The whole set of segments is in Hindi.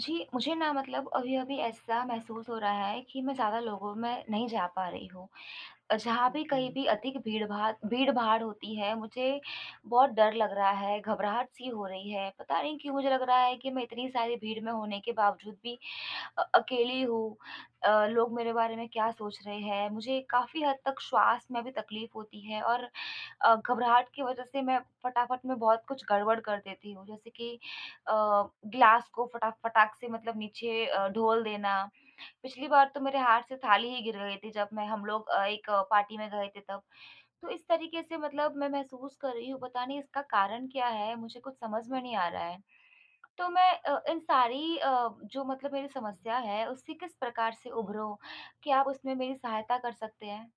जी, मुझे ना मतलब अभी-अभी ऐसा महसूस हो रहा है कि मैं ज़्यादा लोगों में नहीं जा पा रही हूँ। जहाँ भी कहीं जी, भी अधिक भीड़-भाड़ होती है, मुझे बहुत डर लग रहा है, घबराहट-सी हो रही है। पता नहीं क्यों मुझे लग रहा है कि मैं इतनी सारी भीड़ में होने के बावजूद भी अकेली हूँ। लोग मेरे बारे में क्या सोच रहे हैं? मुझे काफ़ी हद तक श्वास में भी तकलीफ़ होती है और घबराहट की वज़ह से मैं फटाफट में बहुत कुछ गड़बड़ कर देती हूँ। जैसे कि अ, ग्लास को फटा फटाक से मतलब नीचे ढोल देना। पिछली बार तो मेरे हाथ से थाली ही गिर गई थी जब मैं हम लोग एक पार्टी में गए थे तब। तो इस तरीके से मतलब मैं महसूस कर रही हूँ, पता नहीं इसका कारण क्या है? मुझे कुछ समझ में नहीं आ रहा है। तो मैं इन सारी जो मतलब मेरी समस्या है उससे किस प्रकार से उभरूँ? क्या आप उसमें मेरी सहायता कर सकते हैं?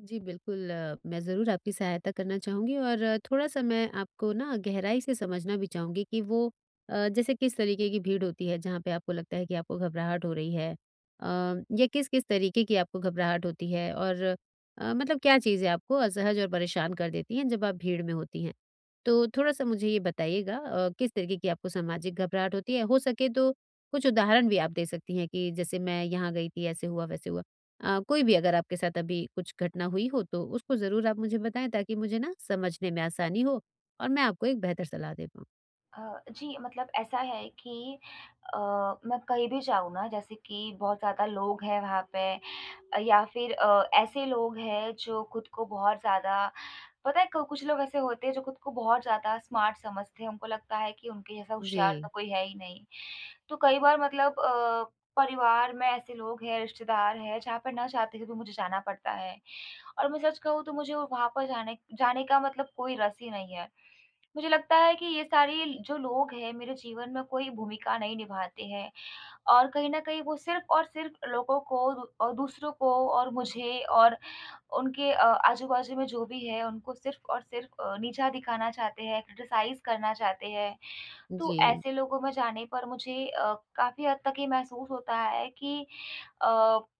जी बिल्कुल मैं ज़रूर आपकी सहायता करना चाहूँगी और थोड़ा-सा मैं आपको ना गहराई से समझना भी चाहूँगी कि वो जैसे किस तरीके की भीड़ होती है जहाँ पे आपको लगता है कि आपको घबराहट हो रही है या किस-किस तरीके की आपको घबराहट होती है और मतलब क्या चीज़ें आपको असहज और परेशान कर देती हैं जब आप भीड़ में होती हैं? तो थोड़ा-सा मुझे ये बताइएगा किस तरीके की आपको सामाजिक घबराहट होती है? हो सके तो कुछ उदाहरण भी आप दे सकती हैं कि जैसे मैं यहाँ गई थी, ऐसे हुआ, वैसे हुआ। कोई भी अगर आपके साथ अभी कुछ घटना हुई हो तो उसको ज़रूर आप मुझे बताएँ, ताकि मुझे ना समझने में आसानी हो और मैं आपको एक बेहतर सलाह दे पाऊँ। जी, मतलब ऐसा है कि अ, मैं कहीं भी जाऊँ ना जैसे कि बहुत ज़्यादा लोग हैं वहाँ पे या फिर ऐसे लोग हैं जो खुद को बहुत ज़्यादा पता है क कुछ लोग ऐसे होते हैं जो खुद को बहुत ज़्यादा स्मार्ट समझते हैं, उनको लगता है कि उनके जैसा होशियार जी, तो कोई है ही नहीं। तो कई बार मतलब परिवार में ऐसे लोग हैं, रिश्तेदार हैं जहाँ पर ना चाहते हुए भी मुझे जाना पड़ता है और मैं सच कहूँ तो मुझे वहाँ पर जाने जाने का मतलब कोई रस ही नहीं है। मुझे लगता है कि ये सारी जो लोग हैं मेरे जीवन में कोई भूमिका नहीं निभाते हैं और कहीं न कहीं वो सिर्फ़ और सिर्फ़ लोगों को और दूसरों को और मुझे और उनके आजू-बाजू में जो भी है उनको सिर्फ़ और सिर्फ़ नीचा दिखाना चाहते हैं, क्रिटिसाइज़ करना चाहते हैं। तो जी, ऐसे लोगों में जाने पर मुझे काफ़ी हद तक ये महसूस होता है कि अ,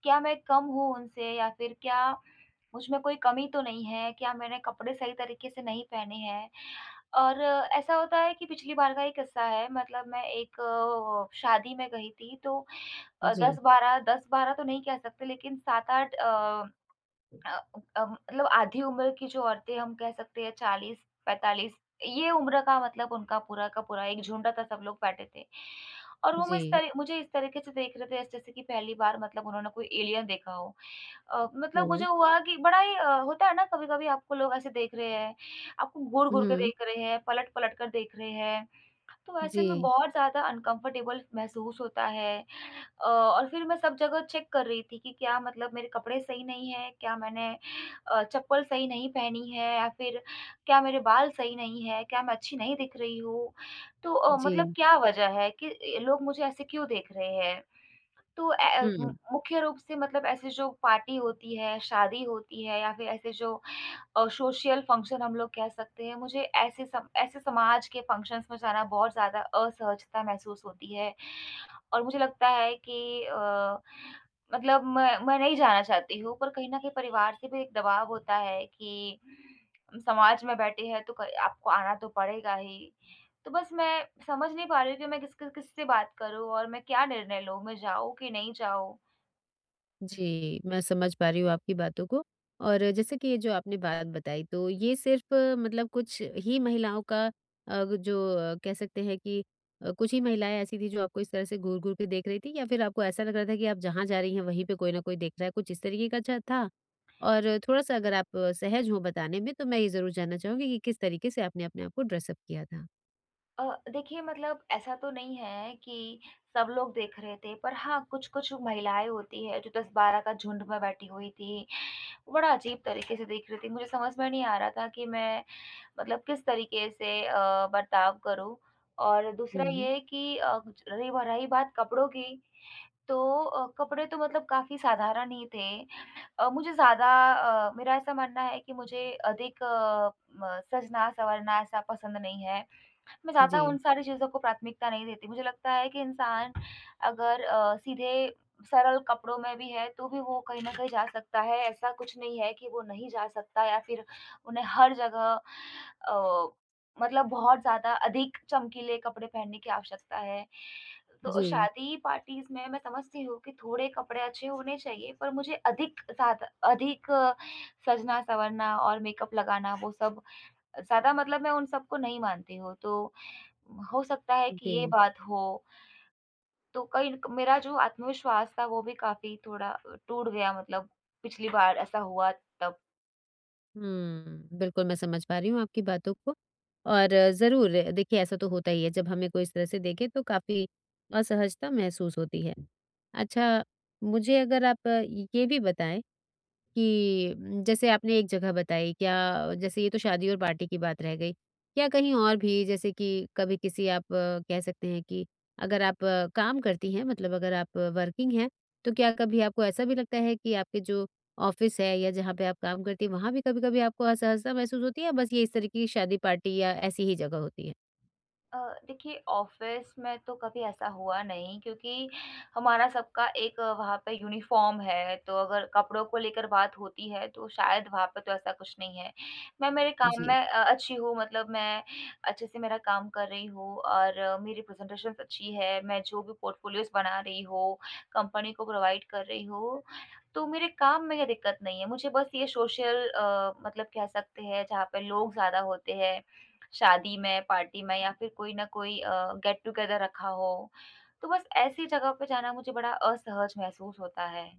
क्या मैं कम हूँ उनसे या फिर क्या मुझ में कोई कमी तो नहीं है? क्या मैंने कपड़े सही तरीके से नहीं पहने हैं? और ऐसा होता है कि पिछली बार का एक किस्सा है मतलब मैं एक शादी में गई थी तो जी, 10-12 तो नहीं कह सकते लेकिन 7-8 अ, मतलब आधी उम्र की जो औरतें हम कह सकते हैं 40-45, ये उम्र का मतलब उनका पूरा का पूरा एक झुंड था, सब लोग बैठे थे। और वो मैं जी। इस तरह मुझे इस तरीके से देख रहे थे जैसे जैसे कि पहली बार मतलब उन्होंने कोई एलियन देखा हो। मतलब मुझे हाँ। हुआ कि बड़ा ही होता है ना, कभी-कभी आपको लोग ऐसे देख रहे हैं, आपको घूर-घूर के हुँ। देख रहे हैं, पलट-पलट कर देख रहे हैं। तो ऐसे में जी, बहुत ज़्यादा अनकम्फर्टेबल महसूस होता है। और फिर मैं सब जगह चेक कर रही थी कि क्या मतलब मेरे कपड़े सही नहीं हैं, क्या मैंने चप्पल सही नहीं पहनी है या फिर क्या मेरे बाल सही नहीं है, क्या मैं अच्छी नहीं दिख रही हूँ? तो जी। मतलब क्या वजह है कि लोग मुझे ऐसे क्यों देख रहे हैं? तो हुँ। मुख्य रूप से मतलब ऐसे जो पार्टी होती है, शादी होती है या फिर ऐसे जो सोशल फंक्शन हम लोग कह सकते हैं, मुझे ऐसे समाज के फंक्शन्स में जाना बहुत ज़्यादा असहजता महसूस होती है। और मुझे लगता है कि मतलब मैं नहीं जाना चाहती हूँ, पर कहीं न कहीं परिवार से भी एक दबाव होता है कि हम समाज में बैठे हैं तो क आपको आना तो पड़ेगा ही। तो बस मैं समझ नहीं पा रही हूँ कि मैं किस किस किससे बात करूँ और मैं क्या निर्णय लूँ, मैं जाऊँ कि नहीं जाऊँ? जी, मैं समझ पा रही हूँ आपकी बातों को, और जैसे कि ये जो आपने बात बताई, तो ये सिर्फ़ मतलब कुछ ही महिलाओं का, जो कह सकते हैं कि कुछ ही महिलाएँ ऐसी थी जो आपको इस तरह से घूर-घूर के देख रही थी, या फिर आपको ऐसा लग रहा था कि आप जहाँ जा रही हैं वहीं पे कोई न कोई देख रहा है, कुछ इस तरीके का ज था? और थोड़ा-सा अगर आप सहज हो बताने में, तो मैं ये ज़रूर जानना चाहूँगी कि किस तरीके से आपने अपने आप को ड्रेसअप किया था? अ, देखिए मतलब ऐसा तो नहीं है कि सब लोग देख रहे थे, पर हाँ, कुछ-कुछ महिलाएँ होती हैं जो 10-12 का झुंड में बैठी हुई थी। बड़ा अजीब तरीके से देख रही थी, मुझे समझ में नहीं आ रहा था कि मैं मतलब किस तरीके से बर्ताव करूँ। और दूसरा हुँ। ये है कि रही बात कपड़ों की, तो कपड़े तो मतलब काफ़ी साधारण ही थे। मुझे ज़्यादा मेरा ऐसा मानना है कि मुझे अधिक म सजना-सवरना ऐसा पसंद नहीं है। मैं ज़्यादा उन जी, सारी चीज़ों को प्राथमिकता नहीं देती। मुझे लगता है कि इंसान अगर सीधे सरल कपड़ों में भी है, तो भी वो कहीं न कहीं जा सकता है। ऐसा कुछ नहीं है कि वो नहीं जा सकता या फिर उन्हें हर जगह अ, मतलब बहुत ज़्यादा अधिक चमकीले कपड़े पहनने की आवश्यकता है। तो जी, शादी पार्टीज़ में मैं समझती हूँ कि थोड़े कपड़े अच्छे होने चाहिए, पर मुझे अधिक ज़्यादा अधिक सजना-संवरना और मेकअप लगाना वो सब ज़्यादा मतलब मैं उन सबको नहीं मानती हूँ। तो हो सकता है जी। कि ये बात हो, तो कहीं क मेरा जो आत्मविश्वास था वो भी काफ़ी थोड़ा टूट गया, मतलब पिछली बार ऐसा हुआ तब। हुँ, बिल्कुल मैं समझ पा रही हूँ आपकी बातों को, और ज़रूर देखिए ऐसा तो होता ही है, जब हमें कोई इस तरह से देखे तो काफ़ी असहजता महसूस होती है। अच्छा, मुझे अगर आप ये भी बताएँ कि जैसे आपने एक जगह बताई, क्या जैसे ये तो शादी और पार्टी की बात रह गई। क्या कहीं और भी, जैसे कि कभी किसी आप कह सकते हैं कि अगर आप काम करती हैं, मतलब अगर आप वर्किंग हैं, तो क्या कभी आपको ऐसा भी लगता है कि आपके जो ऑफ़िस है या जहाँ पे आप काम करती हैं, वहाँ भी कभी-कभी आपको असहजता महसूस होती है, या बस ये इस तरीके की शादी पार्टी या ऐसी ही जगह होती है? अ, देखिए ऑफिस में तो कभी ऐसा हुआ नहीं, क्योंकि हमारा सबका एक वहाँ पे यूनिफॉर्म है, तो अगर कपड़ों को लेकर बात होती है तो शायद वहाँ पे तो ऐसा कुछ नहीं है। मैं मेरे काम में जी। अच्छी हूँ, मतलब मैं अच्छे से मेरा काम कर रही हूँ और मेरी प्रेज़ेंटेशन्स अच्छी है, मैं जो भी पोर्टफ़ोलियोज़ बना रही हूँ, कंपनी को प्रोवाइड कर रही हूँ, तो मेरे काम में ये दिक्कत नहीं है। मुझे बस ये सोशल मतलब कह सकते हैं जहाँ पे लोग ज़्यादा होते हैं, शादी में, पार्टी में या फिर कोई ना कोई गेट टुगेदर रखा हो, तो बस ऐसी जगह पे जाना मुझे बड़ा असहज महसूस होता है।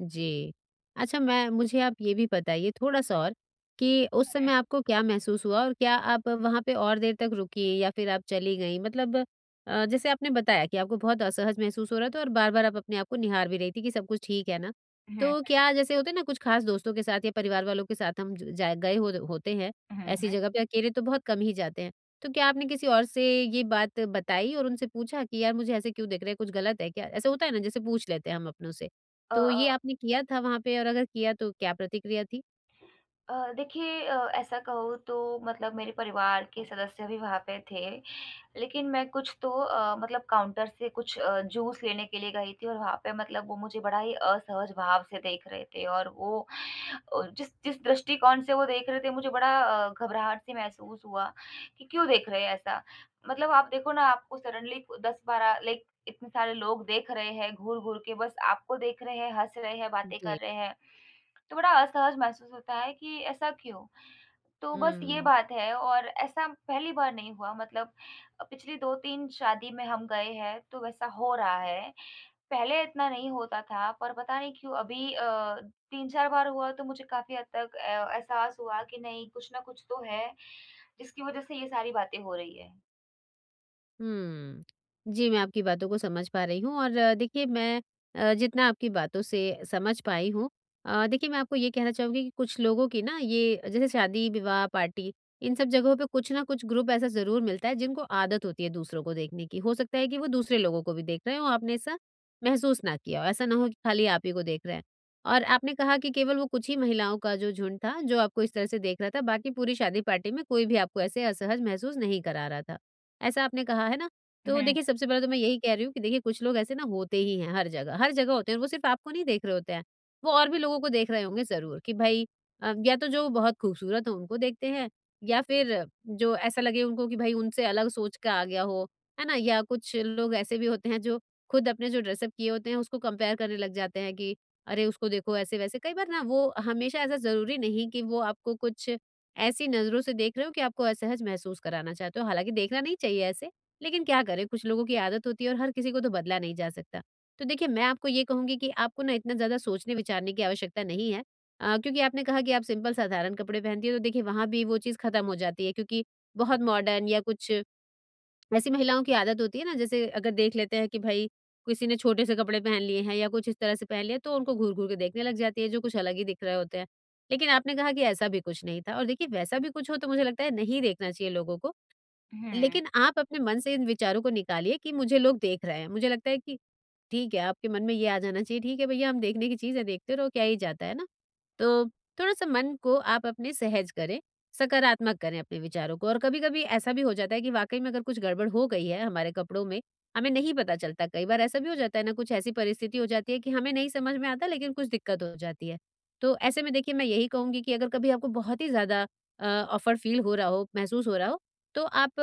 जी। अच्छा, मैं मुझे आप ये भी बताइए थोड़ा-सा और, कि उस समय आपको क्या महसूस हुआ और क्या आप वहाँ पे और देर तक रुकीं या फिर आप चली गईं? मतलब जैसे आपने बताया कि आपको बहुत असहज महसूस हो रहा था और बार-बार आप अपने आप को निहार भी रही थी कि सब कुछ ठीक है ना? हुँ, तो क्या, जैसे होते हैं ना कुछ खास दोस्तों के साथ या परिवार वालों के साथ हम ज जाए गए हो होते हैं, हुँ, हुँ, ऐसी हुँ। जगह पे अकेले तो बहुत कम ही जाते हैं। तो क्या आपने किसी और से ये बात बताई और उनसे पूछा कि यार मुझे ऐसे क्यों दिख रहा है, कुछ गलत है क्या? ऐसा होता है ना, जैसे पूछ लेते हैं हम अपनों से। अ तो अ ये आपने किया था वहाँ पे, और अगर किया तो क्या प्रतिक्रिया थी? देखिए ऐसा कहूँ तो मतलब मेरे परिवार के सदस्य भी वहाँ पे थे। लेकिन मैं कुछ तो मतलब काउंटर से कुछ जूस लेने के लिए गई थी और वहाँ पे मतलब वो मुझे बड़ा ही असहज भाव से देख रहे थे और वो जिस जिस दृष्टिकोण से वो देख रहे थे मुझे बड़ा घबराहट सी महसूस हुआ कि क्यों देख रहे हैं ऐसा? मतलब आप देखो ना, आपको सडनली 10-12 लाइक इतने सारे लोग देख रहे हैं, घूर-घूर के बस आपको देख रहे हैं, हँस रहे हैं, बातें कर जी। रहे हैं। तो बड़ा असहज महसूस होता है कि ऐसा क्यों? तो बस ये हुँ। बात है, और ऐसा पहली बार नहीं हुआ, मतलब पिछली 2-3 शादी में हम गए हैं, तो वैसा हो रहा है। पहले इतना नहीं होता था, पर पता नहीं क्यों अभी 3-4 बार हुआ तो मुझे काफ़ी हद तक ए एहसास हुआ कि नहीं, कुछ ना कुछ तो है, जिसकी वज़ह से ये सारी बातें हो रही है। हुँ। जी, मैं आपकी बातों को समझ पा रही हूँ, और देखिए मैं जितना आपकी बातों से समझ पाई हूँ, देखिए, मैं आपको ये कहना चाहूँगी कि कुछ लोगों की ना, ये जैसे शादी-विवाह, पार्टी, इन सब जगहों पे कुछ ना कुछ ग्रुप ऐसा ज़रूर मिलता है जिनको आदत होती है दूसरों को देखने की। हो सकता है कि वो दूसरे लोगों को भी देख रहे हों, आपने ऐसा महसूस ना किया हो, ऐसा ना हो कि खाली आप ही को देख रहे हैं। और आपने कहा कि केवल वो कुछ ही महिलाओं का जो झुंड था, जो आपको इस तरह से देख रहा था, बाकी पूरी शादी पार्टी में कोई भी आपको ऐसे असहज महसूस नहीं करा रहा था। ऐसा आपने कहा है ना, तो हुँ, देखिए, सबसे पहले तो मैं यही कह रही हूँ कि देखिए, कुछ लोग ऐसे ना होते ही हैं, हर जगह होते हैं, वो सिर्फ़ आपको नहीं देख रहे होते हैं, वो और भी लोगों को देख रहे होंगे ज़रूर, कि भई या तो जो बहुत खूबसूरत हो उनको देखते हैं, या फिर जो ऐसा लगे उनको कि भई उनसे अलग सोच का आ गया हो, है ना? या कुछ लोग ऐसे भी होते हैं जो खुद अपने जो ड्रेसअप किए होते हैं उसको कंपेयर करने लग जाते हैं कि अरे उसको देखो ऐसे-वैसे। कई बार ना, वो हमेशा ऐसा ज़रूरी नहीं कि वो आपको कुछ ऐसी नज़रों से देख रहे हो कि आपको असहज महसूस कराना चाहते हो, हालाँकि देखना नहीं चाहिए ऐसे, लेकिन क्या करें, कुछ लोगों की आदत होती है और हर किसी को तो बदला नहीं जा सकता। तो देखिए, मैं आपको ये कहूँगी कि आपको ना इतना ज़्यादा सोचने-विचारने की आवश्यकता नहीं है, क्योंकि आपने कहा कि आप सिंपल साधारण कपड़े पहनती हो, तो देखिए वहाँ भी वो चीज़ खत्म हो जाती है, क्योंकि बहुत मॉडर्न या कुछ ऐसी महिलाओं की आदत होती है ना, जैसे अगर देख लेते हैं कि भाई किसी ने छोटे से कपड़े पहन लिए हैं या कुछ इस तरह से पहन लिया, तो उनको घूर घूर के देखने लग जाती है जो कुछ अलग ही दिख रहे होते हैं। लेकिन आपने कहा कि ऐसा भी कुछ नहीं था, और देखिए वैसा भी कुछ हो तो मुझे लगता है नहीं देखना चाहिए लोगों को, हुँ, लेकिन आप अपने मन से इन विचारों को निकालिए कि मुझे लोग देख रहे हैं। मुझे लगता है कि ठीक है, आपके मन में ये आ जाना चाहिए, ठीक है भैया, हम देखने की चीज़ है, देखते रहो, क्या ही जाता है ना? तो थोड़ा-सा मन को आप अपने सहज करें, सकारात्मक करें अपने विचारों को, और कभी-कभी ऐसा भी हो जाता है कि वाक़ई में अगर कुछ गड़बड़ हो गई है हमारे कपड़ों में, हमें नहीं पता चलता। कई बार ऐसा भी हो जाता है ना, कुछ ऐसी परिस्थिति हो जाती है कि हमें नहीं समझ में आता लेकिन कुछ दिक्कत हो जाती है। तो ऐसे में देखिए, मैं यही कहूँगी कि अगर कभी आपको बहुत ही ज़्यादा ऑफ़र फ़ील हो रहा हो, महसूस हो रहा हो, तो आप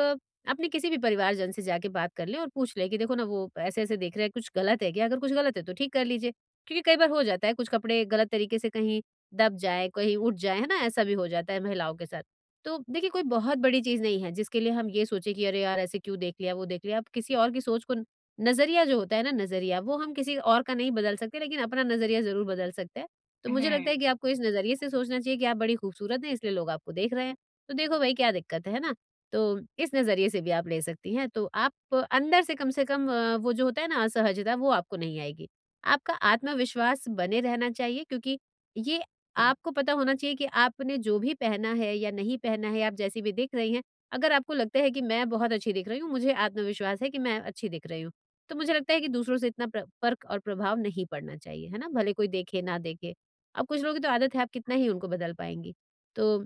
अपने किसी भी परिवारजन से जाके बात कर लें और पूछ लें कि देखो ना, वो ऐसे-ऐसे देख रहे हैं, कुछ गलत है क्या? अगर कुछ गलत है तो ठीक कर लीजिए, क्योंकि कई बार हो जाता है कुछ कपड़े गलत तरीके से कहीं दब जाए, कहीं उठ जाए, है ना? ऐसा भी हो जाता है महिलाओं के साथ। तो देखिए, कोई बहुत बड़ी चीज़ नहीं है जिसके लिए हम ये सोचें कि अरे यार, ऐसे क्यों देख लिया, वो देख लिया। अब किसी और की सोच को, नज़रिया जो होता है ना, नज़रिया, वो हम किसी और का नहीं बदल सकते लेकिन अपना नज़रिया ज़रूर बदल सकते हैं। तो मुझे लगता हुँ। है कि आपको इस नज़रिए से सोचना चाहिए कि आप बड़ी खूबसूरत हैं इसलिए लोग आपको देख रहे हैं। तो देखो भाई, क्या दिक्कत है ना? तो इस नज़रिए से भी आप ले सकती हैं। तो आप अंदर से कम से कम, वो जो होता है ना असहजता, वो आपको नहीं आएगी। आपका आत्मविश्वास बने रहना चाहिए, क्योंकि ये आपको पता होना चाहिए कि आपने जो भी पहना है या नहीं पहना है, आप जैसी भी दिख रही हैं, अगर आपको लगता है कि मैं बहुत अच्छी दिख रही हूँ, मुझे आत्मविश्वास है कि मैं अच्छी दिख रही हूँ। तो मुझे लगता है कि दूसरों से इतना प्र फ़र्क और प्रभाव नहीं पड़ना चाहिए, है ना? भले कोई देखे ना देखे। अब कुछ लोगों की तो आदत है, आप कितना ही उनको बदल पाएँगी। तो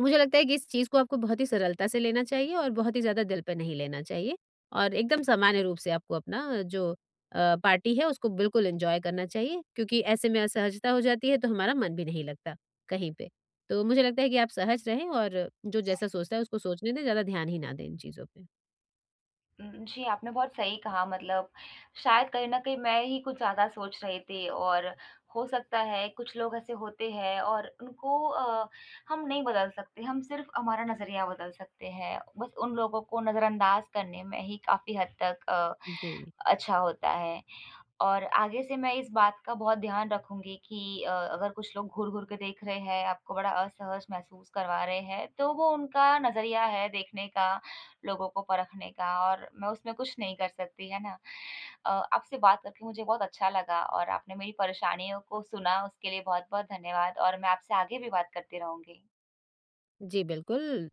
मुझे लगता है कि इस चीज़ को आपको बहुत ही सरलता से लेना चाहिए और बहुत ही ज़्यादा दिल पे नहीं लेना चाहिए, और एकदम सामान्य रूप से आपको अपना जो पार्टी है उसको बिल्कुल एंजॉय करना चाहिए, क्योंकि ऐसे में असहजता हो जाती है तो हमारा मन भी नहीं लगता कहीं पे। तो मुझे लगता है कि आप सहज रहें, और जो जैसा सोचता है उसको सोचने दें, ज़्यादा ध्यान ही ना दें इन चीज़ों पे। जी, आपने बहुत सही कहा, मतलब शायद कहीं न कहीं मैं ही कुछ ज़्यादा सोच रही थी और हो सकता है कुछ लोग ऐसे होते हैं और उनको हम नहीं बदल सकते, हम सिर्फ़ हमारा नज़रिया बदल सकते हैं। बस उन लोगों को नज़रअंदाज़ करने में ही काफ़ी हद तक जी। अच्छा होता है। और आगे से मैं इस बात का बहुत ध्यान रखूँगी कि अगर कुछ लोग घूर-घूर के देख रहे हैं, आपको बड़ा असहज महसूस करवा रहे हैं, तो वो उनका नज़रिया है देखने का, लोगों को परखने का, और मैं उसमें कुछ नहीं कर सकती, है ना? आपसे बात करके मुझे बहुत अच्छा लगा और आपने मेरी परेशानियों को सुना, उसके लिए बहुत-बहुत धन्यवाद, और मैं आपसे आगे भी बात करती रहूँगी। जी, बिल्कुल।